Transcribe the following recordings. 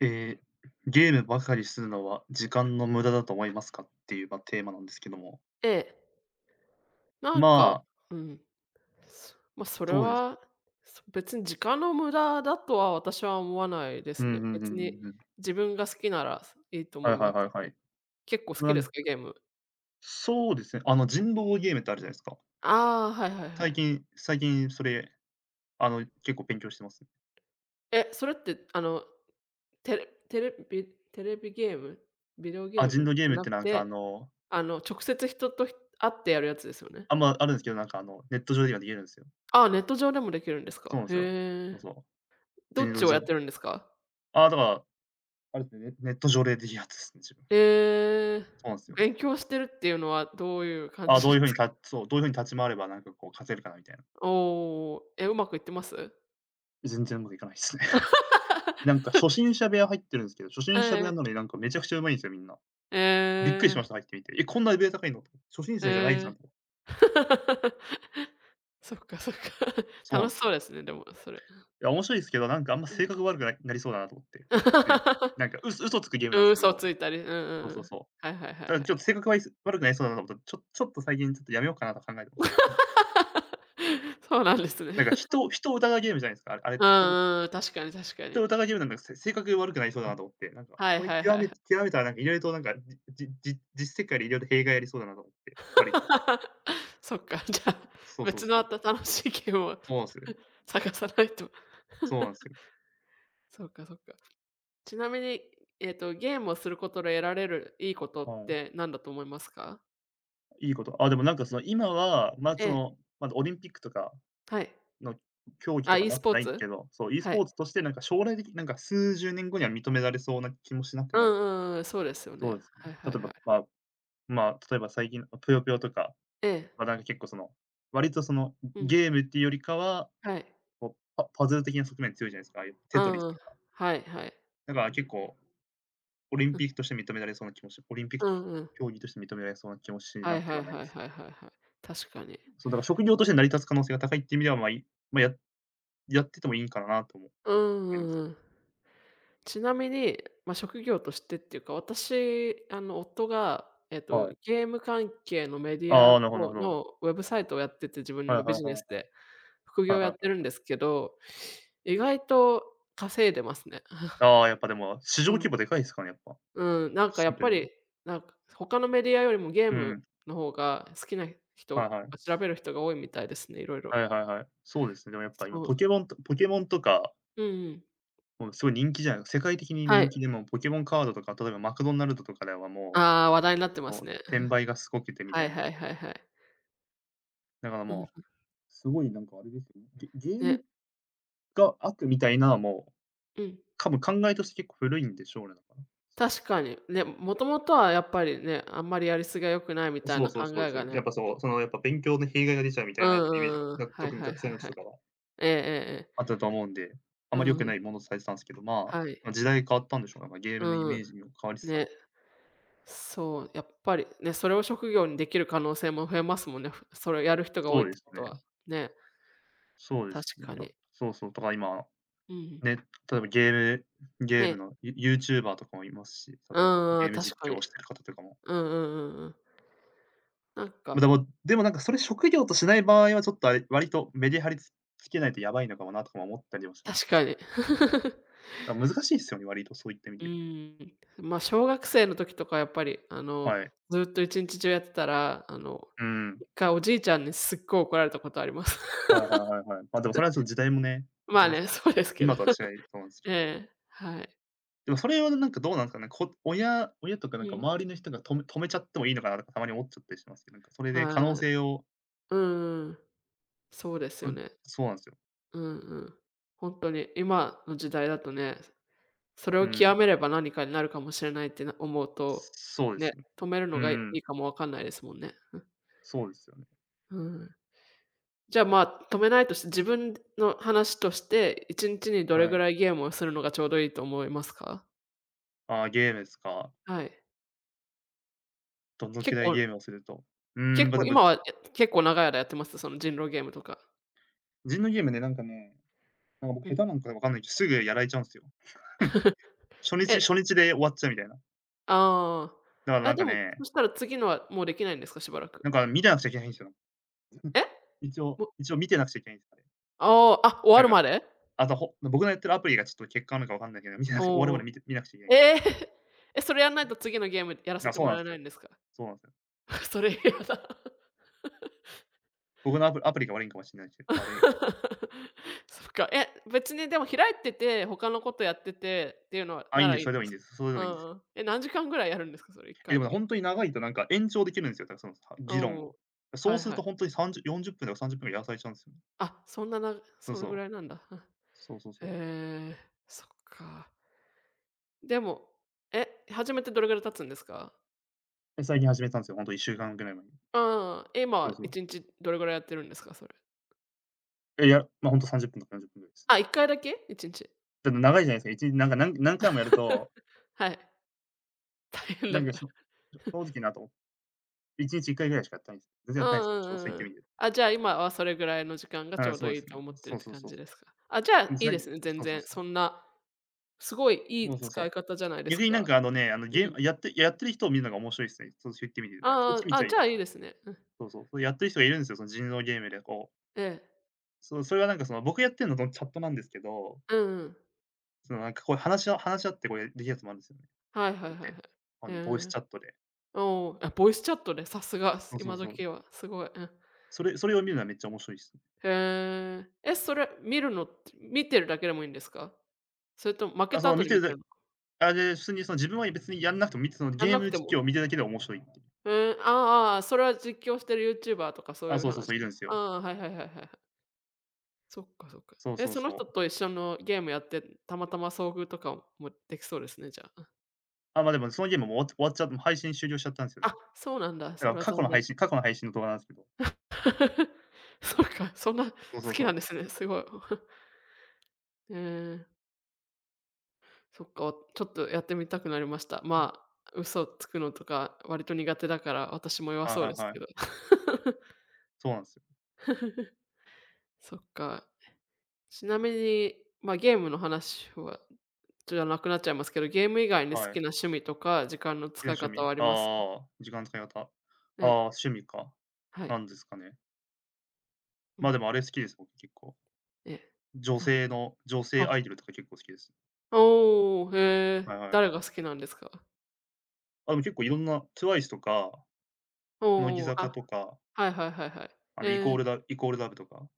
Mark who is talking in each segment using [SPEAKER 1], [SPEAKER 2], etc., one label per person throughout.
[SPEAKER 1] えーゲームばかりするのは時間の無駄だと思いますかっていう、まあ、テーマなんですけども。
[SPEAKER 2] ええ、なん
[SPEAKER 1] ま
[SPEAKER 2] か、
[SPEAKER 1] あ、
[SPEAKER 2] うん、まあ、それ
[SPEAKER 1] そうです。
[SPEAKER 2] は、そ別に時間の無駄だとは私は思わないで
[SPEAKER 1] うん
[SPEAKER 2] すね。
[SPEAKER 1] うんうん
[SPEAKER 2] 別
[SPEAKER 1] う
[SPEAKER 2] に
[SPEAKER 1] んうん。
[SPEAKER 2] 自分が好きなら、いいと
[SPEAKER 1] は
[SPEAKER 2] 思い
[SPEAKER 1] いは
[SPEAKER 2] ま
[SPEAKER 1] いは
[SPEAKER 2] す。
[SPEAKER 1] いはい。
[SPEAKER 2] 結構好
[SPEAKER 1] な
[SPEAKER 2] き
[SPEAKER 1] ん
[SPEAKER 2] ですか？ゲーム。
[SPEAKER 1] そうですね。あの、人狼ゲームってあるじゃないですか。
[SPEAKER 2] ああ、はいはいは
[SPEAKER 1] 最
[SPEAKER 2] い。
[SPEAKER 1] 近、最近それ、あの、結構勉強してます。
[SPEAKER 2] え、それって、テレテレビテレビゲーム？ビデオ
[SPEAKER 1] あ、
[SPEAKER 2] ゲー
[SPEAKER 1] 人
[SPEAKER 2] ム？
[SPEAKER 1] 狼ゲー
[SPEAKER 2] じゃ
[SPEAKER 1] ムっ
[SPEAKER 2] な
[SPEAKER 1] て
[SPEAKER 2] く
[SPEAKER 1] なんかあ
[SPEAKER 2] て、
[SPEAKER 1] の、
[SPEAKER 2] 直接人と会ってやるやつですよね？
[SPEAKER 1] あるんですけど、なんかあの、ネット上で今できるんですよ。
[SPEAKER 2] ああ、ネット上でもできるんです
[SPEAKER 1] そう
[SPEAKER 2] か？
[SPEAKER 1] なんですよ。そ
[SPEAKER 2] へえ。
[SPEAKER 1] うそう。
[SPEAKER 2] ど
[SPEAKER 1] 人
[SPEAKER 2] っ
[SPEAKER 1] 狼
[SPEAKER 2] ちを
[SPEAKER 1] じゃ、
[SPEAKER 2] やってるんですか？
[SPEAKER 1] あ、だから、あれですね、ネット上でできるやつですね、自分。
[SPEAKER 2] えー
[SPEAKER 1] そうなんですよ。
[SPEAKER 2] 勉強してるっていうのはどういう感
[SPEAKER 1] あ、
[SPEAKER 2] じですか？
[SPEAKER 1] どういうふうに立ち回ればなんかこう、勝てるかなみたいな。
[SPEAKER 2] おーえ、うまくいってます？
[SPEAKER 1] 全然うまくいかないですね。なんか初 心者部屋入ってるんですけど、初
[SPEAKER 2] え
[SPEAKER 1] 心者部
[SPEAKER 2] え、
[SPEAKER 1] 屋なの
[SPEAKER 2] え
[SPEAKER 1] になんかめちゃくちゃ上手いんですよ、みんな。びっくりしま
[SPEAKER 2] え、
[SPEAKER 1] した、入ってみて。え、こんなレベル高いのと。初心者じゃないじゃ
[SPEAKER 2] えー
[SPEAKER 1] んと。
[SPEAKER 2] そっかそっか。
[SPEAKER 1] そうなん
[SPEAKER 2] 楽
[SPEAKER 1] で
[SPEAKER 2] し
[SPEAKER 1] す
[SPEAKER 2] そ
[SPEAKER 1] よ。
[SPEAKER 2] うですね、でもそれ。
[SPEAKER 1] いや、面白いですけど、なんかあんま
[SPEAKER 2] う
[SPEAKER 1] 性
[SPEAKER 2] ん。
[SPEAKER 1] 格悪くななりそうだなと思って、これ。いや、なんか嘘つくゲー ム
[SPEAKER 2] う
[SPEAKER 1] なんで
[SPEAKER 2] ん、
[SPEAKER 1] す
[SPEAKER 2] 嘘を
[SPEAKER 1] よ。
[SPEAKER 2] ついたり、うんうんう
[SPEAKER 1] そうそう
[SPEAKER 2] ん。
[SPEAKER 1] そ
[SPEAKER 2] はいはいは
[SPEAKER 1] う。
[SPEAKER 2] いは
[SPEAKER 1] ただ
[SPEAKER 2] い。
[SPEAKER 1] ちょっと性格悪い悪くなりそうだなと思って、ちょっと最近ちょっとやめようかなと考えてます。なんか
[SPEAKER 2] そうなんですね。
[SPEAKER 1] なんか 人を疑うゲームじゃないですか、あれっ
[SPEAKER 2] う
[SPEAKER 1] て。人を
[SPEAKER 2] んうん、確かに確かに。
[SPEAKER 1] とお互いゲームなんか、せ性格悪くなりそうだなと思って、なんか、
[SPEAKER 2] はい
[SPEAKER 1] これ
[SPEAKER 2] はいは
[SPEAKER 1] 極
[SPEAKER 2] いは
[SPEAKER 1] め
[SPEAKER 2] い。
[SPEAKER 1] 極めたらなんか色々となんか、じじじ実世界で色々と弊害ありそうだなと思って、割と。
[SPEAKER 2] そっか、じゃあ、
[SPEAKER 1] そうそう
[SPEAKER 2] 別の
[SPEAKER 1] そ
[SPEAKER 2] あった
[SPEAKER 1] う。
[SPEAKER 2] 楽しいゲームを
[SPEAKER 1] そうなんすよね。
[SPEAKER 2] 探さないと。
[SPEAKER 1] そうなんす よ。
[SPEAKER 2] そうかそうか。ちなみに、ゲームをすることで得られるいいことっ
[SPEAKER 1] は
[SPEAKER 2] て何だと思いますか？
[SPEAKER 1] い。いいこと。あ、でもなんかその今は、ま、
[SPEAKER 2] え
[SPEAKER 1] そ
[SPEAKER 2] え、
[SPEAKER 1] の、まだオリンピックとか
[SPEAKER 2] はい。
[SPEAKER 1] の競技
[SPEAKER 2] あ、
[SPEAKER 1] とか
[SPEAKER 2] e
[SPEAKER 1] なっ
[SPEAKER 2] ス
[SPEAKER 1] て
[SPEAKER 2] ポー
[SPEAKER 1] ないんす
[SPEAKER 2] ツ？
[SPEAKER 1] けど、そう、e ス
[SPEAKER 2] は
[SPEAKER 1] ポ
[SPEAKER 2] い。
[SPEAKER 1] ーツとしてなんか将来的なんか数十年後には認められそうな気もしなく
[SPEAKER 2] うん
[SPEAKER 1] ない。
[SPEAKER 2] うんうん、そうですよ
[SPEAKER 1] そ
[SPEAKER 2] ね。
[SPEAKER 1] うですね。
[SPEAKER 2] はい
[SPEAKER 1] 例
[SPEAKER 2] は
[SPEAKER 1] え
[SPEAKER 2] いは
[SPEAKER 1] ば、
[SPEAKER 2] い。
[SPEAKER 1] ま、例えば最近ぷよぷよとか
[SPEAKER 2] ええ、
[SPEAKER 1] はなんか結構その、割とその、
[SPEAKER 2] うん、
[SPEAKER 1] ゲームっていうよりかは
[SPEAKER 2] はい。
[SPEAKER 1] こう、パズル的な側面強いじゃないですか、ああいうテ
[SPEAKER 2] う
[SPEAKER 1] トリ
[SPEAKER 2] ん
[SPEAKER 1] ス
[SPEAKER 2] うん。
[SPEAKER 1] とか。
[SPEAKER 2] はいはい。
[SPEAKER 1] だから結構、オリン
[SPEAKER 2] うん、
[SPEAKER 1] ピックとして認められそうな気もしオリンピック
[SPEAKER 2] うんうん。
[SPEAKER 1] 競技として認められそうな気もし
[SPEAKER 2] は
[SPEAKER 1] な
[SPEAKER 2] い
[SPEAKER 1] く
[SPEAKER 2] は
[SPEAKER 1] は
[SPEAKER 2] い
[SPEAKER 1] ない
[SPEAKER 2] は
[SPEAKER 1] で
[SPEAKER 2] い
[SPEAKER 1] す。
[SPEAKER 2] はいはいはい。確かに。
[SPEAKER 1] そう、だから職業として成り立つ可能性が高いっていう意味では、まあ、まあ、やっててもいいんかなとも
[SPEAKER 2] うん
[SPEAKER 1] 思い
[SPEAKER 2] う
[SPEAKER 1] ま
[SPEAKER 2] ん
[SPEAKER 1] す。
[SPEAKER 2] うん。ちなみに、まあ、職業としてっていうか、私、夫が、
[SPEAKER 1] はい。
[SPEAKER 2] ゲーム関係のメディア
[SPEAKER 1] ああ、なるほどな
[SPEAKER 2] を
[SPEAKER 1] るほど。
[SPEAKER 2] のウェブサイトをやってて、自分
[SPEAKER 1] はい
[SPEAKER 2] の
[SPEAKER 1] は
[SPEAKER 2] ビ
[SPEAKER 1] い
[SPEAKER 2] ジ
[SPEAKER 1] はい
[SPEAKER 2] ネ
[SPEAKER 1] は
[SPEAKER 2] ス
[SPEAKER 1] い。
[SPEAKER 2] で、副
[SPEAKER 1] は
[SPEAKER 2] 業
[SPEAKER 1] い
[SPEAKER 2] を
[SPEAKER 1] は
[SPEAKER 2] や
[SPEAKER 1] い
[SPEAKER 2] っ
[SPEAKER 1] はい
[SPEAKER 2] てるん
[SPEAKER 1] は
[SPEAKER 2] です
[SPEAKER 1] い。
[SPEAKER 2] けど、意外と稼いでますね。
[SPEAKER 1] ああ、やっぱでも市場
[SPEAKER 2] う
[SPEAKER 1] 規
[SPEAKER 2] ん、
[SPEAKER 1] 模でかいですかね、やっぱ。
[SPEAKER 2] うん、なんかや
[SPEAKER 1] シン
[SPEAKER 2] っ
[SPEAKER 1] プ
[SPEAKER 2] ぱ
[SPEAKER 1] ルに。
[SPEAKER 2] り、なんか他のメディアよりもゲー
[SPEAKER 1] う
[SPEAKER 2] ム
[SPEAKER 1] ん。
[SPEAKER 2] の方が好きな
[SPEAKER 1] はい
[SPEAKER 2] 人
[SPEAKER 1] はい。
[SPEAKER 2] が調べる人が多いみたいですね、いろいろ
[SPEAKER 1] はいはいはい。そうですね、でもやっぱ今
[SPEAKER 2] そう。
[SPEAKER 1] ポケモンとか、
[SPEAKER 2] うんうん。
[SPEAKER 1] もうすごい人気じゃない、世界的に
[SPEAKER 2] は
[SPEAKER 1] 人
[SPEAKER 2] い。
[SPEAKER 1] 気で、ポケモンカードとか、例えばマクドナルドとかではも
[SPEAKER 2] ああ、話題になって
[SPEAKER 1] う
[SPEAKER 2] ます
[SPEAKER 1] こう、
[SPEAKER 2] ね。
[SPEAKER 1] 転売がすごくてみ
[SPEAKER 2] は
[SPEAKER 1] た
[SPEAKER 2] い
[SPEAKER 1] い
[SPEAKER 2] は
[SPEAKER 1] な。
[SPEAKER 2] いはいはい。
[SPEAKER 1] だから
[SPEAKER 2] うん、
[SPEAKER 1] もう、すごいなんかあれですよね。ゲーム
[SPEAKER 2] ね、
[SPEAKER 1] が悪みたいな、もう、
[SPEAKER 2] うん。
[SPEAKER 1] 多分考えとして結構古いんでしょうね、だから。
[SPEAKER 2] 確かに。ね、もともとはやっぱりね、あんまりやりすぎは良くないみたい
[SPEAKER 1] そう。
[SPEAKER 2] な
[SPEAKER 1] そう
[SPEAKER 2] 考
[SPEAKER 1] そう
[SPEAKER 2] え
[SPEAKER 1] そう
[SPEAKER 2] が
[SPEAKER 1] です。
[SPEAKER 2] ね
[SPEAKER 1] やっぱそう、そのやっぱ勉強の弊害が出ちゃうみた
[SPEAKER 2] う
[SPEAKER 1] い
[SPEAKER 2] ん
[SPEAKER 1] なやっぱイメージが、
[SPEAKER 2] うんうん。はい
[SPEAKER 1] 特に
[SPEAKER 2] はい
[SPEAKER 1] 学生
[SPEAKER 2] はい
[SPEAKER 1] の
[SPEAKER 2] は
[SPEAKER 1] 人
[SPEAKER 2] い。
[SPEAKER 1] とかは。
[SPEAKER 2] ええええええ。
[SPEAKER 1] あったと思うんで、あ
[SPEAKER 2] う
[SPEAKER 1] まり良く
[SPEAKER 2] ん
[SPEAKER 1] ないものとされてたんですけど、まあ、
[SPEAKER 2] はい。
[SPEAKER 1] ま、時代変わったんでしょうね。ま、ゲームのイ
[SPEAKER 2] う
[SPEAKER 1] メー
[SPEAKER 2] ん。
[SPEAKER 1] ジにも変わりつつあ
[SPEAKER 2] ね、
[SPEAKER 1] る。
[SPEAKER 2] そう、やっぱりね、それを職業にできる可能性も増えますもんね。それをやる人が多
[SPEAKER 1] そ
[SPEAKER 2] い
[SPEAKER 1] う
[SPEAKER 2] っ
[SPEAKER 1] で
[SPEAKER 2] て
[SPEAKER 1] す
[SPEAKER 2] こと
[SPEAKER 1] ね。
[SPEAKER 2] は。ね、
[SPEAKER 1] そうで
[SPEAKER 2] 確
[SPEAKER 1] すね。
[SPEAKER 2] かに。
[SPEAKER 1] そうそう、だから今、
[SPEAKER 2] うん。
[SPEAKER 1] ね、例えばゲ
[SPEAKER 2] へ
[SPEAKER 1] ーム
[SPEAKER 2] え。
[SPEAKER 1] のユーチューバーとかもいますし、
[SPEAKER 2] う
[SPEAKER 1] 例えば
[SPEAKER 2] んう
[SPEAKER 1] ゲ
[SPEAKER 2] ん、
[SPEAKER 1] ーム
[SPEAKER 2] 確
[SPEAKER 1] 実
[SPEAKER 2] か
[SPEAKER 1] 況を
[SPEAKER 2] に。
[SPEAKER 1] してる方とかも、
[SPEAKER 2] うんうんうんうん。なん
[SPEAKER 1] ま、
[SPEAKER 2] か
[SPEAKER 1] でもなんかそれ職業としない場合はちょっとあれ、割とメリハリつけないとやばいのかもなとかも思ったりもします。
[SPEAKER 2] 確かに。
[SPEAKER 1] 難しいですよね、割とそういった意味
[SPEAKER 2] う
[SPEAKER 1] で。
[SPEAKER 2] ーん。まあ、小学生の時とかやっぱり、
[SPEAKER 1] はい。
[SPEAKER 2] ずっと一日中やってたら、
[SPEAKER 1] うん。
[SPEAKER 2] 1回おじいちゃんにすっごい怒られたことあります。
[SPEAKER 1] はいはいはいはい。ま、でもそれはちょっと時代もね、あ
[SPEAKER 2] ま
[SPEAKER 1] り
[SPEAKER 2] あ
[SPEAKER 1] ます
[SPEAKER 2] ね、
[SPEAKER 1] ね、
[SPEAKER 2] そう
[SPEAKER 1] やっ
[SPEAKER 2] で
[SPEAKER 1] ぱ。
[SPEAKER 2] すけど。
[SPEAKER 1] 今とは違いそうなん ですけど。
[SPEAKER 2] ええ、はい。
[SPEAKER 1] でもそれはなんかどうなんすかね、親とかなん
[SPEAKER 2] う
[SPEAKER 1] か
[SPEAKER 2] ん。
[SPEAKER 1] 周りの人が止めちゃってもいいのかなとかたまに思っちゃったりしますけど、なんかそれで可能
[SPEAKER 2] はい。
[SPEAKER 1] 性を、
[SPEAKER 2] うんうん。そうです
[SPEAKER 1] う
[SPEAKER 2] よ
[SPEAKER 1] ん、
[SPEAKER 2] ね。
[SPEAKER 1] そうなんすよ。
[SPEAKER 2] うんうん。本当に今の時代だとね、それ
[SPEAKER 1] う
[SPEAKER 2] を
[SPEAKER 1] ん。
[SPEAKER 2] 極めれば何かになるかもしれないってな思うと、
[SPEAKER 1] そうで
[SPEAKER 2] ね、
[SPEAKER 1] すね。
[SPEAKER 2] 止める
[SPEAKER 1] うん
[SPEAKER 2] のがい
[SPEAKER 1] うん。
[SPEAKER 2] いかもわかんないですもんね。
[SPEAKER 1] そうですよね。
[SPEAKER 2] うん。じゃあ、まあ、止めないとして、自分の話として、1日にちにどれ
[SPEAKER 1] は
[SPEAKER 2] ぐ
[SPEAKER 1] い。
[SPEAKER 2] らいゲームをするのがちょうどいいと思いますか？
[SPEAKER 1] ああ、ゲームですか。
[SPEAKER 2] はい。
[SPEAKER 1] どのく
[SPEAKER 2] 結
[SPEAKER 1] らい
[SPEAKER 2] 構
[SPEAKER 1] ゲームをすると。うーん、
[SPEAKER 2] 結
[SPEAKER 1] ま、で
[SPEAKER 2] 構
[SPEAKER 1] も、
[SPEAKER 2] 今は、や結構長い間やってます？その人狼ゲームとか。
[SPEAKER 1] 人のゲームね、なんかね、なんか僕
[SPEAKER 2] う
[SPEAKER 1] 下
[SPEAKER 2] ん。
[SPEAKER 1] 手なんかわかんないけど、すぐやられちゃうんすよ。
[SPEAKER 2] え、
[SPEAKER 1] 初日で終わっちゃうみたいな。
[SPEAKER 2] あ
[SPEAKER 1] だから
[SPEAKER 2] あ。
[SPEAKER 1] な
[SPEAKER 2] あ、
[SPEAKER 1] んか
[SPEAKER 2] でも、
[SPEAKER 1] ね、
[SPEAKER 2] そしたら次のはもうできないんですか？しばらく。
[SPEAKER 1] なんか見てなくちゃいけないんすよ。
[SPEAKER 2] え？も
[SPEAKER 1] 一応見てなくちゃいけないんす、あれ。
[SPEAKER 2] ああ、あ、終
[SPEAKER 1] な
[SPEAKER 2] わ
[SPEAKER 1] ん
[SPEAKER 2] る
[SPEAKER 1] か、
[SPEAKER 2] まで？
[SPEAKER 1] あと、僕のやってるアプリがちょっと欠陥なのかわかんないけど、見てな
[SPEAKER 2] お
[SPEAKER 1] く
[SPEAKER 2] お
[SPEAKER 1] て終わるま
[SPEAKER 2] お
[SPEAKER 1] で
[SPEAKER 2] お。
[SPEAKER 1] 見なくちゃいけない。
[SPEAKER 2] ええ。え、それやんないと次のゲームやらせ
[SPEAKER 1] あ、
[SPEAKER 2] て
[SPEAKER 1] そう
[SPEAKER 2] も
[SPEAKER 1] なん
[SPEAKER 2] ら
[SPEAKER 1] す
[SPEAKER 2] えな
[SPEAKER 1] よ。
[SPEAKER 2] いんですか？
[SPEAKER 1] そうなんすよ。
[SPEAKER 2] それ嫌だ。
[SPEAKER 1] 僕のアプリが悪いんかもしんないすけど、悪いす。
[SPEAKER 2] そっか、え、別にでも開いてて、他のことやっててっていうのは
[SPEAKER 1] あ、いい
[SPEAKER 2] な
[SPEAKER 1] ん
[SPEAKER 2] ら
[SPEAKER 1] で
[SPEAKER 2] い
[SPEAKER 1] す、
[SPEAKER 2] い
[SPEAKER 1] それ
[SPEAKER 2] ん
[SPEAKER 1] で
[SPEAKER 2] で
[SPEAKER 1] もいいん
[SPEAKER 2] す
[SPEAKER 1] で
[SPEAKER 2] か？
[SPEAKER 1] す。それで
[SPEAKER 2] う
[SPEAKER 1] もいいんです
[SPEAKER 2] ん
[SPEAKER 1] よ。
[SPEAKER 2] うん。え、何時間ぐらいやるんですか？それ一
[SPEAKER 1] え、で
[SPEAKER 2] 回の
[SPEAKER 1] も
[SPEAKER 2] ゲー
[SPEAKER 1] ほ
[SPEAKER 2] ム
[SPEAKER 1] んとに長いとなんか延長できるんすよ、だからその、
[SPEAKER 2] う
[SPEAKER 1] 議論
[SPEAKER 2] ん。
[SPEAKER 1] を。そ
[SPEAKER 2] は
[SPEAKER 1] う
[SPEAKER 2] い
[SPEAKER 1] する
[SPEAKER 2] は
[SPEAKER 1] とほ
[SPEAKER 2] い。
[SPEAKER 1] んとに3040分とか30分ぐらいやらされちゃうんすよね。
[SPEAKER 2] あ、そんな
[SPEAKER 1] そう
[SPEAKER 2] それ
[SPEAKER 1] そ
[SPEAKER 2] ぐ
[SPEAKER 1] う。
[SPEAKER 2] らいなんだ。
[SPEAKER 1] そうそう そう。
[SPEAKER 2] へえ、そっか。でも、え、始めてどれぐらい経つんですか？
[SPEAKER 1] で最近始めたんですよ、ほんと1週間ぐらい前に。
[SPEAKER 2] うん。え、
[SPEAKER 1] そ
[SPEAKER 2] 今
[SPEAKER 1] うそう。
[SPEAKER 2] 一日どれぐらいやってるんですか？それ。
[SPEAKER 1] いや、ま、ほんと30分とか40分ぐらいです。
[SPEAKER 2] あ、一回だけ一日。
[SPEAKER 1] だって長いじゃないですか、1日なんか、何回もやると、
[SPEAKER 2] はい。大変
[SPEAKER 1] な
[SPEAKER 2] だ
[SPEAKER 1] んか
[SPEAKER 2] か
[SPEAKER 1] し
[SPEAKER 2] ら。
[SPEAKER 1] ょ正直なと、1日1回ぐらいしかやってないんです。全然や
[SPEAKER 2] う
[SPEAKER 1] ってないで
[SPEAKER 2] ん
[SPEAKER 1] す
[SPEAKER 2] う
[SPEAKER 1] よ、
[SPEAKER 2] ん
[SPEAKER 1] そうそう言っ
[SPEAKER 2] うんう
[SPEAKER 1] て
[SPEAKER 2] ん。
[SPEAKER 1] みて。
[SPEAKER 2] あ、じゃあ、今はそれぐらいの時間がち
[SPEAKER 1] はい、
[SPEAKER 2] ょう
[SPEAKER 1] そ
[SPEAKER 2] ど
[SPEAKER 1] うで
[SPEAKER 2] いい
[SPEAKER 1] すね。
[SPEAKER 2] と思ってる
[SPEAKER 1] そ
[SPEAKER 2] っ
[SPEAKER 1] う
[SPEAKER 2] て
[SPEAKER 1] そう
[SPEAKER 2] 感
[SPEAKER 1] そう
[SPEAKER 2] じ
[SPEAKER 1] そう。
[SPEAKER 2] ですか？あ、じゃ
[SPEAKER 1] で
[SPEAKER 2] あ、
[SPEAKER 1] も
[SPEAKER 2] いい
[SPEAKER 1] さい
[SPEAKER 2] ですね、全
[SPEAKER 1] そうそう
[SPEAKER 2] 然。
[SPEAKER 1] そう。
[SPEAKER 2] そんな、すごいい
[SPEAKER 1] そう
[SPEAKER 2] い
[SPEAKER 1] そうそ
[SPEAKER 2] 使
[SPEAKER 1] う。
[SPEAKER 2] い方じゃないです
[SPEAKER 1] 逆になん
[SPEAKER 2] か。
[SPEAKER 1] かあのね、あの
[SPEAKER 2] う
[SPEAKER 1] ゲー
[SPEAKER 2] ん。
[SPEAKER 1] ムやってる人を見るのが面白いすね。そう言ってみてください。そっち
[SPEAKER 2] あ
[SPEAKER 1] 見
[SPEAKER 2] あ、
[SPEAKER 1] ち
[SPEAKER 2] あ、
[SPEAKER 1] ゃい
[SPEAKER 2] じゃ
[SPEAKER 1] ま
[SPEAKER 2] あい
[SPEAKER 1] す。
[SPEAKER 2] いですね。うん。
[SPEAKER 1] そうそう。そうやってる人がいるんですよ、その人狼ゲームでこう。
[SPEAKER 2] ええ。
[SPEAKER 1] そう、それはなんかその僕やってんのとチャットなんですけど、
[SPEAKER 2] うんうん。
[SPEAKER 1] そのなんかこう話し合ってこれできるやつもあるんですよね。
[SPEAKER 2] はいはい
[SPEAKER 1] やっ
[SPEAKER 2] はい
[SPEAKER 1] て、
[SPEAKER 2] はい。
[SPEAKER 1] あの、ボイス
[SPEAKER 2] ええ。
[SPEAKER 1] チャットで。
[SPEAKER 2] おお、あ、ボイスチャットで、さすが、
[SPEAKER 1] そうそう
[SPEAKER 2] 今
[SPEAKER 1] そう。
[SPEAKER 2] 時は、すごい。うん。
[SPEAKER 1] それを見るのはめっちゃ面白いですね。
[SPEAKER 2] へえ。え、それ見るのって、見てるだけでもいいんですか？それとも負
[SPEAKER 1] あ、
[SPEAKER 2] け
[SPEAKER 1] そ
[SPEAKER 2] た
[SPEAKER 1] の
[SPEAKER 2] 後
[SPEAKER 1] 見
[SPEAKER 2] に
[SPEAKER 1] て
[SPEAKER 2] 見
[SPEAKER 1] るだ
[SPEAKER 2] てるのか？
[SPEAKER 1] あ、で、普通にその自分は別にやんなくてもその
[SPEAKER 2] やん
[SPEAKER 1] ゲー
[SPEAKER 2] なく
[SPEAKER 1] ム
[SPEAKER 2] て
[SPEAKER 1] 実
[SPEAKER 2] も？
[SPEAKER 1] 況を見てるだけで面白いっていう。
[SPEAKER 2] へえ、ああああ、それは実況してるユーチューバーとかそう
[SPEAKER 1] あ、
[SPEAKER 2] いう
[SPEAKER 1] そうそうそ
[SPEAKER 2] 話？
[SPEAKER 1] う、いるんす
[SPEAKER 2] あ
[SPEAKER 1] よ。
[SPEAKER 2] あ、はいはいはいはい。そっかそっか。
[SPEAKER 1] そう
[SPEAKER 2] え、
[SPEAKER 1] そう
[SPEAKER 2] その
[SPEAKER 1] そう。
[SPEAKER 2] 人と一緒のゲームやって、たまたま遭遇とかもできそうですね、じゃあ。
[SPEAKER 1] あ、ま、でもそのゲームもう終わっちゃって、もう配信終了しちゃったんすよね。
[SPEAKER 2] あ、そうなんだ、
[SPEAKER 1] だ
[SPEAKER 2] そ
[SPEAKER 1] から
[SPEAKER 2] れは残念。
[SPEAKER 1] 過去の配信の動画なんすけど。
[SPEAKER 2] そっか、そんな好
[SPEAKER 1] そうそう
[SPEAKER 2] き
[SPEAKER 1] そ
[SPEAKER 2] なん
[SPEAKER 1] う。
[SPEAKER 2] ですね、すごい。ええ、そっか、ちょっとやってみたくなりました。まあ、嘘つくのとか割と苦手だから、私も弱
[SPEAKER 1] はい
[SPEAKER 2] そ
[SPEAKER 1] は
[SPEAKER 2] うで
[SPEAKER 1] い
[SPEAKER 2] す
[SPEAKER 1] は
[SPEAKER 2] けど。
[SPEAKER 1] い。そうなんすよ。
[SPEAKER 2] そっか。ちなみに、まあ、ゲームの話はじゃなくなっちゃいますけど、ゲーム以外に好
[SPEAKER 1] は
[SPEAKER 2] き
[SPEAKER 1] い。
[SPEAKER 2] な
[SPEAKER 1] 好
[SPEAKER 2] 趣味とか時間の
[SPEAKER 1] き
[SPEAKER 2] 使
[SPEAKER 1] な
[SPEAKER 2] い
[SPEAKER 1] 趣
[SPEAKER 2] 方
[SPEAKER 1] 味、
[SPEAKER 2] はあります？
[SPEAKER 1] ああ、時間の使い方。ああ、
[SPEAKER 2] ね
[SPEAKER 1] 趣味か。
[SPEAKER 2] は
[SPEAKER 1] な
[SPEAKER 2] い。
[SPEAKER 1] んですかね。
[SPEAKER 2] う
[SPEAKER 1] ま、
[SPEAKER 2] ん、
[SPEAKER 1] でもあれ好きです、僕結構。
[SPEAKER 2] えなんで
[SPEAKER 1] 女性アイ
[SPEAKER 2] は、
[SPEAKER 1] ドルとか結構好きです。
[SPEAKER 2] おお、へ
[SPEAKER 1] は
[SPEAKER 2] え、
[SPEAKER 1] いは
[SPEAKER 2] 誰
[SPEAKER 1] い。
[SPEAKER 2] が好きなんですか？
[SPEAKER 1] あ、でも結構いろんな TWICE とか、乃木
[SPEAKER 2] おお
[SPEAKER 1] 坂
[SPEAKER 2] あ、
[SPEAKER 1] とか、
[SPEAKER 2] はいはいはいはい。え
[SPEAKER 1] イコー
[SPEAKER 2] え、
[SPEAKER 1] ルライコールラブとか。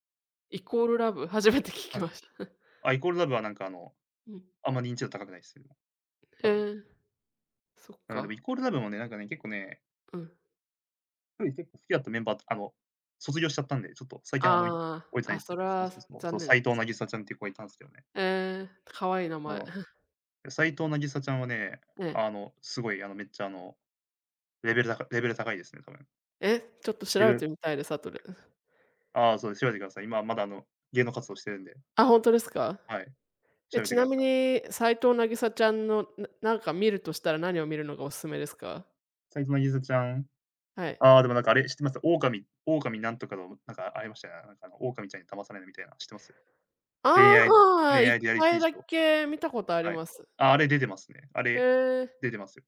[SPEAKER 2] イコールラブ、初めて聞
[SPEAKER 1] は
[SPEAKER 2] き
[SPEAKER 1] い。
[SPEAKER 2] ました。
[SPEAKER 1] あ、イコールラブはなんか
[SPEAKER 2] うん、
[SPEAKER 1] あんま認知度高くないすよね、多
[SPEAKER 2] へ
[SPEAKER 1] 分。
[SPEAKER 2] え、そっ
[SPEAKER 1] うん、でもイ
[SPEAKER 2] か、
[SPEAKER 1] コールラブもね、なんかね、結構ね、
[SPEAKER 2] うん。
[SPEAKER 1] 1人結構好きだったメンバー卒業しちゃったんで、ちょっと最近あんまり
[SPEAKER 2] あ
[SPEAKER 1] 追えてな
[SPEAKER 2] あ、
[SPEAKER 1] い
[SPEAKER 2] あ、
[SPEAKER 1] す
[SPEAKER 2] そ
[SPEAKER 1] ね。
[SPEAKER 2] れ
[SPEAKER 1] そう
[SPEAKER 2] は
[SPEAKER 1] そうそう。そ
[SPEAKER 2] 残
[SPEAKER 1] う、
[SPEAKER 2] 念
[SPEAKER 1] 斉
[SPEAKER 2] で
[SPEAKER 1] 藤
[SPEAKER 2] す。
[SPEAKER 1] 渚ちゃんっていう子がいたんすけどね。
[SPEAKER 2] ええ、可愛いい名前。
[SPEAKER 1] そ う。斉藤渚ちゃんはね、
[SPEAKER 2] ねえ。
[SPEAKER 1] あの、すごいあの、めっちゃあの、レベル高レベル高いですね、多分。
[SPEAKER 2] え、ちょっと調
[SPEAKER 1] レベ
[SPEAKER 2] べ
[SPEAKER 1] ル
[SPEAKER 2] てみたいです、後で。
[SPEAKER 1] ああ、そうです。調べてください。今まだあの、芸能活動してるんで、
[SPEAKER 2] あ、本当ですか？
[SPEAKER 1] はい、調
[SPEAKER 2] え、
[SPEAKER 1] べ
[SPEAKER 2] ち
[SPEAKER 1] てく
[SPEAKER 2] な
[SPEAKER 1] だ
[SPEAKER 2] み
[SPEAKER 1] さい。
[SPEAKER 2] に、斉藤なぎさちゃんの、なんか見るとしたら何を見るのがおすすめですか？
[SPEAKER 1] 斉藤渚ちゃん、
[SPEAKER 2] はい。
[SPEAKER 1] ああ、でもなんかあれ知ってます？狼なんとかのなんかありましたよね。なんかあの狼ちゃんに騙されないみたいな、知ってます？恋愛
[SPEAKER 2] ああ、1
[SPEAKER 1] リアリティ
[SPEAKER 2] 回
[SPEAKER 1] シ
[SPEAKER 2] だ
[SPEAKER 1] ョー。
[SPEAKER 2] け見たことあり
[SPEAKER 1] はい。
[SPEAKER 2] ます。
[SPEAKER 1] あ、あれ出てますね。あ
[SPEAKER 2] へ
[SPEAKER 1] れ、
[SPEAKER 2] え、
[SPEAKER 1] 出てますよ。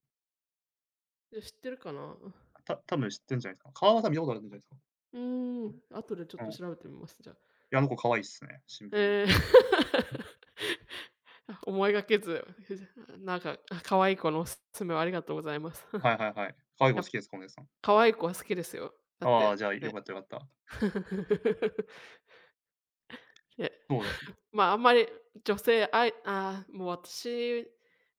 [SPEAKER 2] じゃ、知ってるかな？うん。
[SPEAKER 1] た多分知ってんじゃないですか。顔は見たことあるんじゃないですか。
[SPEAKER 2] うーん、後でちょっ
[SPEAKER 1] う
[SPEAKER 2] と
[SPEAKER 1] ん。い
[SPEAKER 2] 調べてみます、じゃあ。
[SPEAKER 1] や、あの子可愛いっすね、シンプルに。
[SPEAKER 2] ええ。あ、思いがけず、ふじなんか、あ、可愛い子のおすすめをありがとうございます。
[SPEAKER 1] は いはいはい。可愛い子
[SPEAKER 2] やっ
[SPEAKER 1] 好
[SPEAKER 2] ぱ
[SPEAKER 1] きですか？お姉さん。
[SPEAKER 2] 可愛い子は好きですよ。だっ
[SPEAKER 1] ああ、
[SPEAKER 2] て、
[SPEAKER 1] じゃあ良
[SPEAKER 2] ね。
[SPEAKER 1] かった良かった。
[SPEAKER 2] え、
[SPEAKER 1] そうですね。
[SPEAKER 2] まあ、あんまり女性あいああ、もう私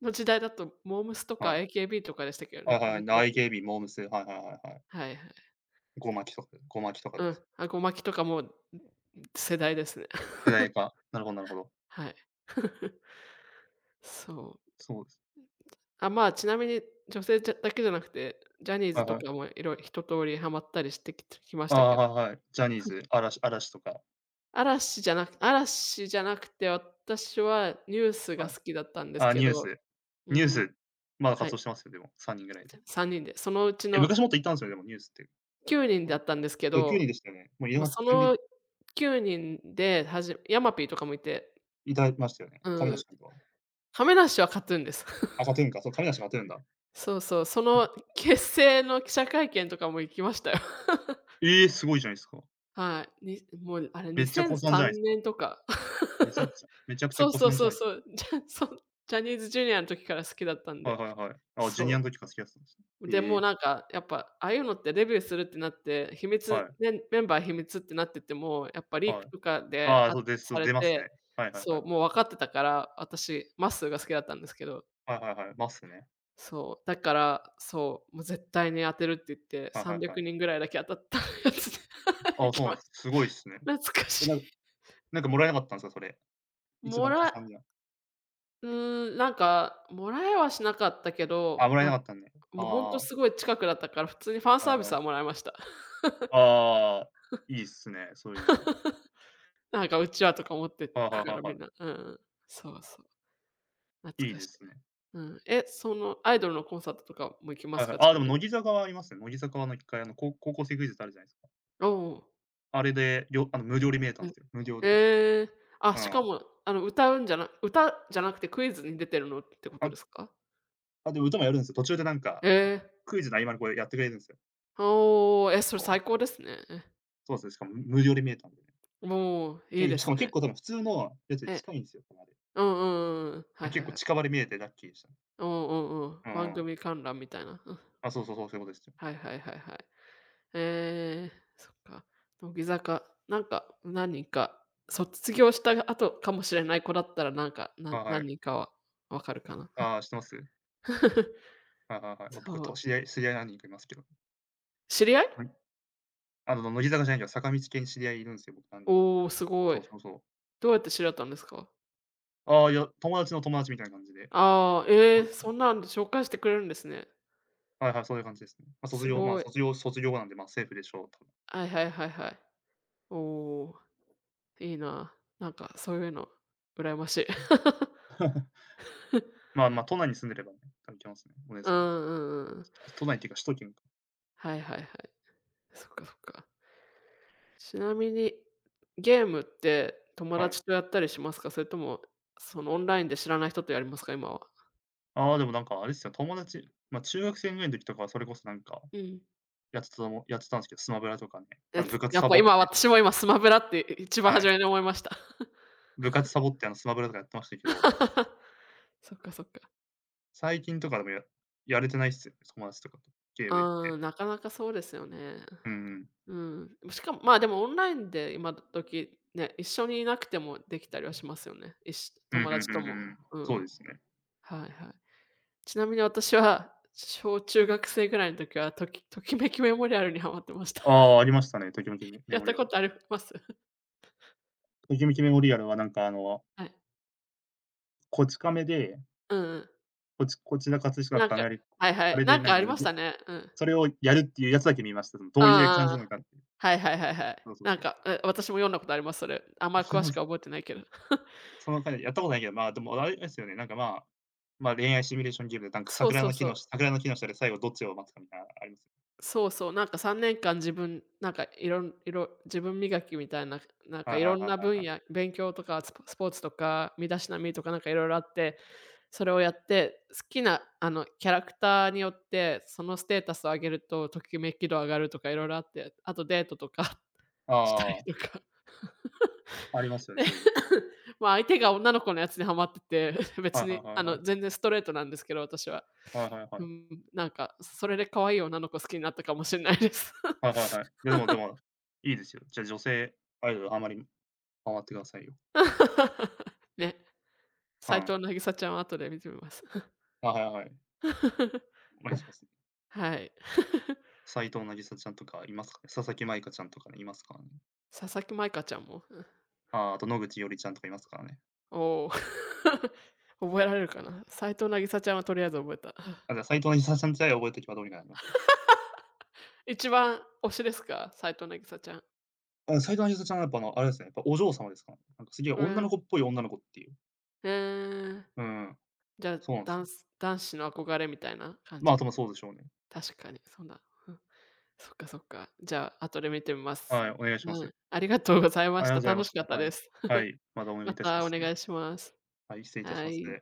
[SPEAKER 2] の時代だとモームスと
[SPEAKER 1] は
[SPEAKER 2] か
[SPEAKER 1] い。
[SPEAKER 2] AKB とかでしたけど
[SPEAKER 1] はい
[SPEAKER 2] ね、
[SPEAKER 1] はいはい。
[SPEAKER 2] 人気だ
[SPEAKER 1] な、
[SPEAKER 2] ったのは。
[SPEAKER 1] AKB、モームス、はいはいはいはい。
[SPEAKER 2] はいはい。
[SPEAKER 1] ゴマキとかゴマキとか
[SPEAKER 2] う
[SPEAKER 1] で
[SPEAKER 2] ん、
[SPEAKER 1] す。
[SPEAKER 2] あ、ごまきとかも、世代ですね。
[SPEAKER 1] 世代 か。なるほどなるほど。
[SPEAKER 2] はい、そう。
[SPEAKER 1] そうです。
[SPEAKER 2] あ、まあ、ちなみに女性だけじゃなくて、ジャニー
[SPEAKER 1] は
[SPEAKER 2] ズ
[SPEAKER 1] い
[SPEAKER 2] と
[SPEAKER 1] は
[SPEAKER 2] か
[SPEAKER 1] い。
[SPEAKER 2] も一通りハマったりしてきまし
[SPEAKER 1] あ
[SPEAKER 2] た
[SPEAKER 1] あ、
[SPEAKER 2] けど、
[SPEAKER 1] はいはい。ジャニーズ、嵐とか。
[SPEAKER 2] 嵐じゃなくて、私は NEWS
[SPEAKER 1] は
[SPEAKER 2] が
[SPEAKER 1] い。
[SPEAKER 2] 好きだったんです
[SPEAKER 1] あ、
[SPEAKER 2] け
[SPEAKER 1] ニュー
[SPEAKER 2] ど、
[SPEAKER 1] ス。
[SPEAKER 2] う
[SPEAKER 1] ニュー
[SPEAKER 2] ーん、
[SPEAKER 1] ス、まだ
[SPEAKER 2] は
[SPEAKER 1] 活
[SPEAKER 2] い、
[SPEAKER 1] 動してますよ、でも、3人ぐらいで。
[SPEAKER 2] 3人で、そのうち
[SPEAKER 1] え、昔
[SPEAKER 2] の
[SPEAKER 1] もっといたんですよね、でもニュースって。
[SPEAKER 2] 9人
[SPEAKER 1] あ、
[SPEAKER 2] だ
[SPEAKER 1] そ
[SPEAKER 2] ったんですけ
[SPEAKER 1] う、9
[SPEAKER 2] ど、
[SPEAKER 1] 人でしたよね。もうい
[SPEAKER 2] もう
[SPEAKER 1] な
[SPEAKER 2] そ
[SPEAKER 1] 全然
[SPEAKER 2] の9人でヤマピーとかもいて、
[SPEAKER 1] いたましたよね。
[SPEAKER 2] う
[SPEAKER 1] 亀梨
[SPEAKER 2] ん、
[SPEAKER 1] 君とは。
[SPEAKER 2] 亀梨は KAT−TUN です。
[SPEAKER 1] あ、KAT TUN か、そう、亀梨君 TUN だ。
[SPEAKER 2] そうそう、その結成の記者会見とかも行きましたよ。
[SPEAKER 1] ええ、すごいじゃないですか。
[SPEAKER 2] はい。もうあれ
[SPEAKER 1] めっちゃ古参じ
[SPEAKER 2] 2003
[SPEAKER 1] ゃないすか。
[SPEAKER 2] 年とか。
[SPEAKER 1] めちゃく ちゃ
[SPEAKER 2] そう
[SPEAKER 1] 古
[SPEAKER 2] そう
[SPEAKER 1] 参じゃ
[SPEAKER 2] そう
[SPEAKER 1] ないす
[SPEAKER 2] そう。そう、ジャニーズジュニアの時から好きだったん
[SPEAKER 1] か。は
[SPEAKER 2] で。
[SPEAKER 1] いはいはい。あ、ジュニアの
[SPEAKER 2] そ
[SPEAKER 1] 時から好きだったんです
[SPEAKER 2] う。
[SPEAKER 1] ね。
[SPEAKER 2] で、
[SPEAKER 1] え
[SPEAKER 2] もう
[SPEAKER 1] え、
[SPEAKER 2] なんか、やっぱ、ああいうのってデビューするってなって、秘
[SPEAKER 1] は
[SPEAKER 2] 密
[SPEAKER 1] い
[SPEAKER 2] メンバー秘密ってなってても、やっぱリー
[SPEAKER 1] は
[SPEAKER 2] ク
[SPEAKER 1] い。
[SPEAKER 2] とかで
[SPEAKER 1] ああ、そうで
[SPEAKER 2] さ
[SPEAKER 1] す、
[SPEAKER 2] れ
[SPEAKER 1] 出ますね。
[SPEAKER 2] て、
[SPEAKER 1] はいはい
[SPEAKER 2] そ
[SPEAKER 1] はい。
[SPEAKER 2] う、もう分かってたから、私、まっすーが好きだったんですけど
[SPEAKER 1] はいはいはい、ますね。
[SPEAKER 2] そう、だから、そう、もう絶対に当てるって言って、
[SPEAKER 1] はいはい
[SPEAKER 2] 300
[SPEAKER 1] はい。
[SPEAKER 2] 人ぐらいだけ当たったやつで はい
[SPEAKER 1] ああ、
[SPEAKER 2] 行
[SPEAKER 1] そ
[SPEAKER 2] き
[SPEAKER 1] う
[SPEAKER 2] ま
[SPEAKER 1] なんす。
[SPEAKER 2] した。
[SPEAKER 1] すごいっすね。
[SPEAKER 2] 懐かしい。
[SPEAKER 1] なんなんかもらえなかったんすか、それ。一
[SPEAKER 2] も
[SPEAKER 1] 番古
[SPEAKER 2] ら
[SPEAKER 1] 参には。
[SPEAKER 2] うーん、なんか、もらえはしなかったけ
[SPEAKER 1] あ、も
[SPEAKER 2] ど、
[SPEAKER 1] らえ
[SPEAKER 2] な
[SPEAKER 1] な
[SPEAKER 2] ん
[SPEAKER 1] かったんで。あ
[SPEAKER 2] も
[SPEAKER 1] あ
[SPEAKER 2] うほんと
[SPEAKER 1] あ
[SPEAKER 2] す
[SPEAKER 1] あ。
[SPEAKER 2] ごい近くだったから、普通にファン
[SPEAKER 1] はい
[SPEAKER 2] サービ
[SPEAKER 1] は
[SPEAKER 2] スは
[SPEAKER 1] い。
[SPEAKER 2] もらいました。
[SPEAKER 1] ああ、いいっすね、そういうの。
[SPEAKER 2] なんかうちわとか持って
[SPEAKER 1] はいは
[SPEAKER 2] く
[SPEAKER 1] いは
[SPEAKER 2] か
[SPEAKER 1] い
[SPEAKER 2] らみん
[SPEAKER 1] は
[SPEAKER 2] な、うんうん。そうそう、
[SPEAKER 1] い。
[SPEAKER 2] 懐
[SPEAKER 1] いい
[SPEAKER 2] か
[SPEAKER 1] で
[SPEAKER 2] しい。
[SPEAKER 1] すね。
[SPEAKER 2] うん。え、そのアイドルのコンサートとかも行きま
[SPEAKER 1] はい
[SPEAKER 2] す
[SPEAKER 1] はい。
[SPEAKER 2] か？ち
[SPEAKER 1] ああ、で
[SPEAKER 2] な
[SPEAKER 1] も
[SPEAKER 2] みに。
[SPEAKER 1] 乃木坂はありますね。乃木坂は一回、高校生クイズってあるじゃないですか。
[SPEAKER 2] おお。
[SPEAKER 1] あれで、りょあの無料で見れたん
[SPEAKER 2] う
[SPEAKER 1] で
[SPEAKER 2] ん。
[SPEAKER 1] すよ。無料で。
[SPEAKER 2] ええ。あ、
[SPEAKER 1] う
[SPEAKER 2] しか
[SPEAKER 1] ん。
[SPEAKER 2] も、歌うんじゃな歌じゃなくてクイズに出てるのってこと
[SPEAKER 1] あ、
[SPEAKER 2] ですか？
[SPEAKER 1] あ、でも歌もやるんですよ。途中でなんか、
[SPEAKER 2] ええ。
[SPEAKER 1] クイズの合間にこうやってくれるんですよ。
[SPEAKER 2] おお、え、それ
[SPEAKER 1] そう。
[SPEAKER 2] 最高ですね。え、
[SPEAKER 1] そうですね、しかも、無無料で見えたんでね。
[SPEAKER 2] もう、いいで
[SPEAKER 1] し
[SPEAKER 2] す
[SPEAKER 1] かも結
[SPEAKER 2] ね。
[SPEAKER 1] 構多分普通のやつで
[SPEAKER 2] え、
[SPEAKER 1] 近いんですよ、このあれ。
[SPEAKER 2] うんうんうんうん。は
[SPEAKER 1] あ、
[SPEAKER 2] いは
[SPEAKER 1] 結
[SPEAKER 2] い
[SPEAKER 1] 構
[SPEAKER 2] はい。
[SPEAKER 1] 近場で見えてラッキーでしたね。
[SPEAKER 2] うんうんうん。
[SPEAKER 1] う
[SPEAKER 2] 番
[SPEAKER 1] んうん。
[SPEAKER 2] 組観覧みたいな。うん。
[SPEAKER 1] あ、そうそうそう、そういうことですよ。
[SPEAKER 2] はいはいはいはい。ええ、そっか。乃木坂、なんか、何人か、卒業した後かもしれない子だったら、なんか、な
[SPEAKER 1] はいは
[SPEAKER 2] 何
[SPEAKER 1] い。
[SPEAKER 2] 人かは分かるかな。
[SPEAKER 1] ああ、知ってます？はいはいはい。ま、僕
[SPEAKER 2] そ
[SPEAKER 1] と
[SPEAKER 2] う。
[SPEAKER 1] 知り合い何人かいますけど。
[SPEAKER 2] 知り合い？
[SPEAKER 1] はい。あの、乃木坂じゃないけど、坂道系に知り合いいるんすよ、僕何人か。
[SPEAKER 2] おお、すご
[SPEAKER 1] そ
[SPEAKER 2] い。
[SPEAKER 1] うそうそう。
[SPEAKER 2] どうやって知り合ったんですか？
[SPEAKER 1] ああ、いや、友達の友達みたいな感じで。
[SPEAKER 2] ああ、え
[SPEAKER 1] そ
[SPEAKER 2] え、
[SPEAKER 1] うですね。
[SPEAKER 2] そんなんで紹介してくれるんですね。
[SPEAKER 1] はいはい、そういう感じですね。
[SPEAKER 2] すごい。
[SPEAKER 1] 卒業後なんで、ま、セーフでしょう、多分。
[SPEAKER 2] はいはいはいはい。おお、いいな。なんかそういうの羨ましい。
[SPEAKER 1] まあまあ、都内に住んでればね、多分行けますね、お姉
[SPEAKER 2] うんう
[SPEAKER 1] さんも。
[SPEAKER 2] んうんうん。
[SPEAKER 1] 都内っていうか、首都圏か。
[SPEAKER 2] はいはいはい。そっかそっか。ちなみに、ゲームって友
[SPEAKER 1] はい。
[SPEAKER 2] 達とやったりしますか？それとも、そのオンラインで知らない人とやりますか？今は。
[SPEAKER 1] ああ、でもなんかあれっすよ、友達、ま、中学生ぐらいの時とかはそれこそなんか、
[SPEAKER 2] うん。
[SPEAKER 1] やってたんすけど、スマブラとかね、
[SPEAKER 2] や
[SPEAKER 1] 部
[SPEAKER 2] つ
[SPEAKER 1] 活
[SPEAKER 2] やっ
[SPEAKER 1] サ
[SPEAKER 2] ぱ
[SPEAKER 1] ボっ
[SPEAKER 2] 今
[SPEAKER 1] て、
[SPEAKER 2] 私も今スマブラって一番
[SPEAKER 1] は
[SPEAKER 2] 初
[SPEAKER 1] い。
[SPEAKER 2] めに思いました。
[SPEAKER 1] 部活サボって、スマブラとかやってましたけど、
[SPEAKER 2] そっかそっか。
[SPEAKER 1] 最近とかでもやれてないっすよね、友達とかと、ゲームって。
[SPEAKER 2] ああ、なかなかそうですよね。
[SPEAKER 1] うんうん
[SPEAKER 2] うん。しかも、まあ、でもオンラインで今時ね、一緒にいなくてもできたりはしますよね。いし
[SPEAKER 1] うん、
[SPEAKER 2] 友
[SPEAKER 1] ふん
[SPEAKER 2] 達
[SPEAKER 1] ふ
[SPEAKER 2] と
[SPEAKER 1] んふ
[SPEAKER 2] も。
[SPEAKER 1] ん。
[SPEAKER 2] うん
[SPEAKER 1] そ
[SPEAKER 2] う
[SPEAKER 1] うで
[SPEAKER 2] ん。
[SPEAKER 1] すね。
[SPEAKER 2] はいはい。ちなみに私は、小中学生ぐらいの時は、ときときめきメモリアルにハマってました。
[SPEAKER 1] あ あ、ありましたね、ときめきメ
[SPEAKER 2] やっ
[SPEAKER 1] モリ
[SPEAKER 2] た
[SPEAKER 1] ア
[SPEAKER 2] こ
[SPEAKER 1] ル。
[SPEAKER 2] とあります？
[SPEAKER 1] ときめきメモリアルはなんか
[SPEAKER 2] はい。
[SPEAKER 1] こち亀で、
[SPEAKER 2] うんうん。
[SPEAKER 1] こちら葛飾
[SPEAKER 2] なん
[SPEAKER 1] 亀
[SPEAKER 2] か
[SPEAKER 1] 有、
[SPEAKER 2] はいは
[SPEAKER 1] あ
[SPEAKER 2] い。
[SPEAKER 1] れで
[SPEAKER 2] なん
[SPEAKER 1] な
[SPEAKER 2] か
[SPEAKER 1] ん
[SPEAKER 2] あ
[SPEAKER 1] か、
[SPEAKER 2] りましたね。うん。うん
[SPEAKER 1] それをやるっていうやつだけ見ました。そのどういう感じ
[SPEAKER 2] あ
[SPEAKER 1] なの
[SPEAKER 2] あ
[SPEAKER 1] かっていう。
[SPEAKER 2] はいはいはいはい。
[SPEAKER 1] そうそう
[SPEAKER 2] なん
[SPEAKER 1] そう。
[SPEAKER 2] か、え、私も読んだことあります、それ。あん まり詳
[SPEAKER 1] そう
[SPEAKER 2] しく
[SPEAKER 1] す、
[SPEAKER 2] は覚えてないけど。
[SPEAKER 1] そのやったことないけど、まあ、でもあれですよね、なんか、まあ、まあ、恋愛シミュレーションゲームでなんか
[SPEAKER 2] そう
[SPEAKER 1] 桜
[SPEAKER 2] そう
[SPEAKER 1] の木
[SPEAKER 2] そ
[SPEAKER 1] の
[SPEAKER 2] う。
[SPEAKER 1] 下で最後どっちを待つかみたいなあります。
[SPEAKER 2] そうそう、なんか3年間自分、なんかいろんいろ自分磨きみたいな、なんか
[SPEAKER 1] はい
[SPEAKER 2] い
[SPEAKER 1] はい
[SPEAKER 2] ろん
[SPEAKER 1] は
[SPEAKER 2] な
[SPEAKER 1] い
[SPEAKER 2] 分
[SPEAKER 1] はい。
[SPEAKER 2] 野、勉強とかスポスポーツとか、身だしなみとかなんかいろいろあって、それをやって、好きなキャラクターによって、そのステータスを上げると、ときめき度上がるとかいろいろあって、あとデートとか したり
[SPEAKER 1] あ
[SPEAKER 2] とか。
[SPEAKER 1] あ、ありますよね、
[SPEAKER 2] で
[SPEAKER 1] そういうの。
[SPEAKER 2] まあ相手が女の子のやつにハマってて、
[SPEAKER 1] は
[SPEAKER 2] 別
[SPEAKER 1] いはい
[SPEAKER 2] に
[SPEAKER 1] はいはい。
[SPEAKER 2] 全然ストレートなんですけど、私は。
[SPEAKER 1] はいはいは
[SPEAKER 2] う
[SPEAKER 1] い。
[SPEAKER 2] ん、なんかそれで可愛い女の子好きになったかもしれないです。
[SPEAKER 1] はいはいはい。い や、でもでも、いいですよ。じゃ、女性アイドルあんまり頑張ってくださいよ。
[SPEAKER 2] ね、
[SPEAKER 1] う
[SPEAKER 2] 斉
[SPEAKER 1] ん。
[SPEAKER 2] 藤なぎさちゃんは後で見てみます。
[SPEAKER 1] あ、はいはい。お願いします。
[SPEAKER 2] はい。
[SPEAKER 1] 斉藤渚ちゃんとかいますかね。佐々木舞香ちゃんとかね、いますからね。
[SPEAKER 2] 佐々木舞香ちゃんも、
[SPEAKER 1] あ、あと野口伊織ちゃんとかいますからね。
[SPEAKER 2] おお。覚えられるかな。斉藤なぎさちゃんはとりあえず覚えた。
[SPEAKER 1] あ、じゃあ斉藤渚ちゃん自体覚えとけばどうにかなります。
[SPEAKER 2] 一番推しですか？斉藤なぎさちゃん。
[SPEAKER 1] あ、斉藤渚ちゃんはやっぱあれですね、やっぱお嬢様ですからね。なんかすげえ
[SPEAKER 2] う
[SPEAKER 1] 女
[SPEAKER 2] ん、
[SPEAKER 1] の子っぽい女の子っていう。
[SPEAKER 2] えー
[SPEAKER 1] うん、
[SPEAKER 2] じゃあ、
[SPEAKER 1] そうなんで
[SPEAKER 2] ダ
[SPEAKER 1] す
[SPEAKER 2] ン
[SPEAKER 1] よ。
[SPEAKER 2] ス男子の憧れみたいな感
[SPEAKER 1] ま、あ
[SPEAKER 2] じ？
[SPEAKER 1] と、ま、そうでしょうね。
[SPEAKER 2] 確かに、そんなうん。そっかそっか。じゃあ、後で見てみます。
[SPEAKER 1] はい、お願いしま
[SPEAKER 2] は
[SPEAKER 1] す。
[SPEAKER 2] い。ありがとうござい
[SPEAKER 1] あ
[SPEAKER 2] ま
[SPEAKER 1] り
[SPEAKER 2] し
[SPEAKER 1] がとう
[SPEAKER 2] た。
[SPEAKER 1] ございま
[SPEAKER 2] 楽し
[SPEAKER 1] し
[SPEAKER 2] か
[SPEAKER 1] た。
[SPEAKER 2] った
[SPEAKER 1] は
[SPEAKER 2] で
[SPEAKER 1] い。
[SPEAKER 2] す。
[SPEAKER 1] は い、またお願い
[SPEAKER 2] ま
[SPEAKER 1] いたしま
[SPEAKER 2] たお
[SPEAKER 1] す。
[SPEAKER 2] 願いします。
[SPEAKER 1] はい、失礼いたし
[SPEAKER 2] は
[SPEAKER 1] ます。
[SPEAKER 2] い。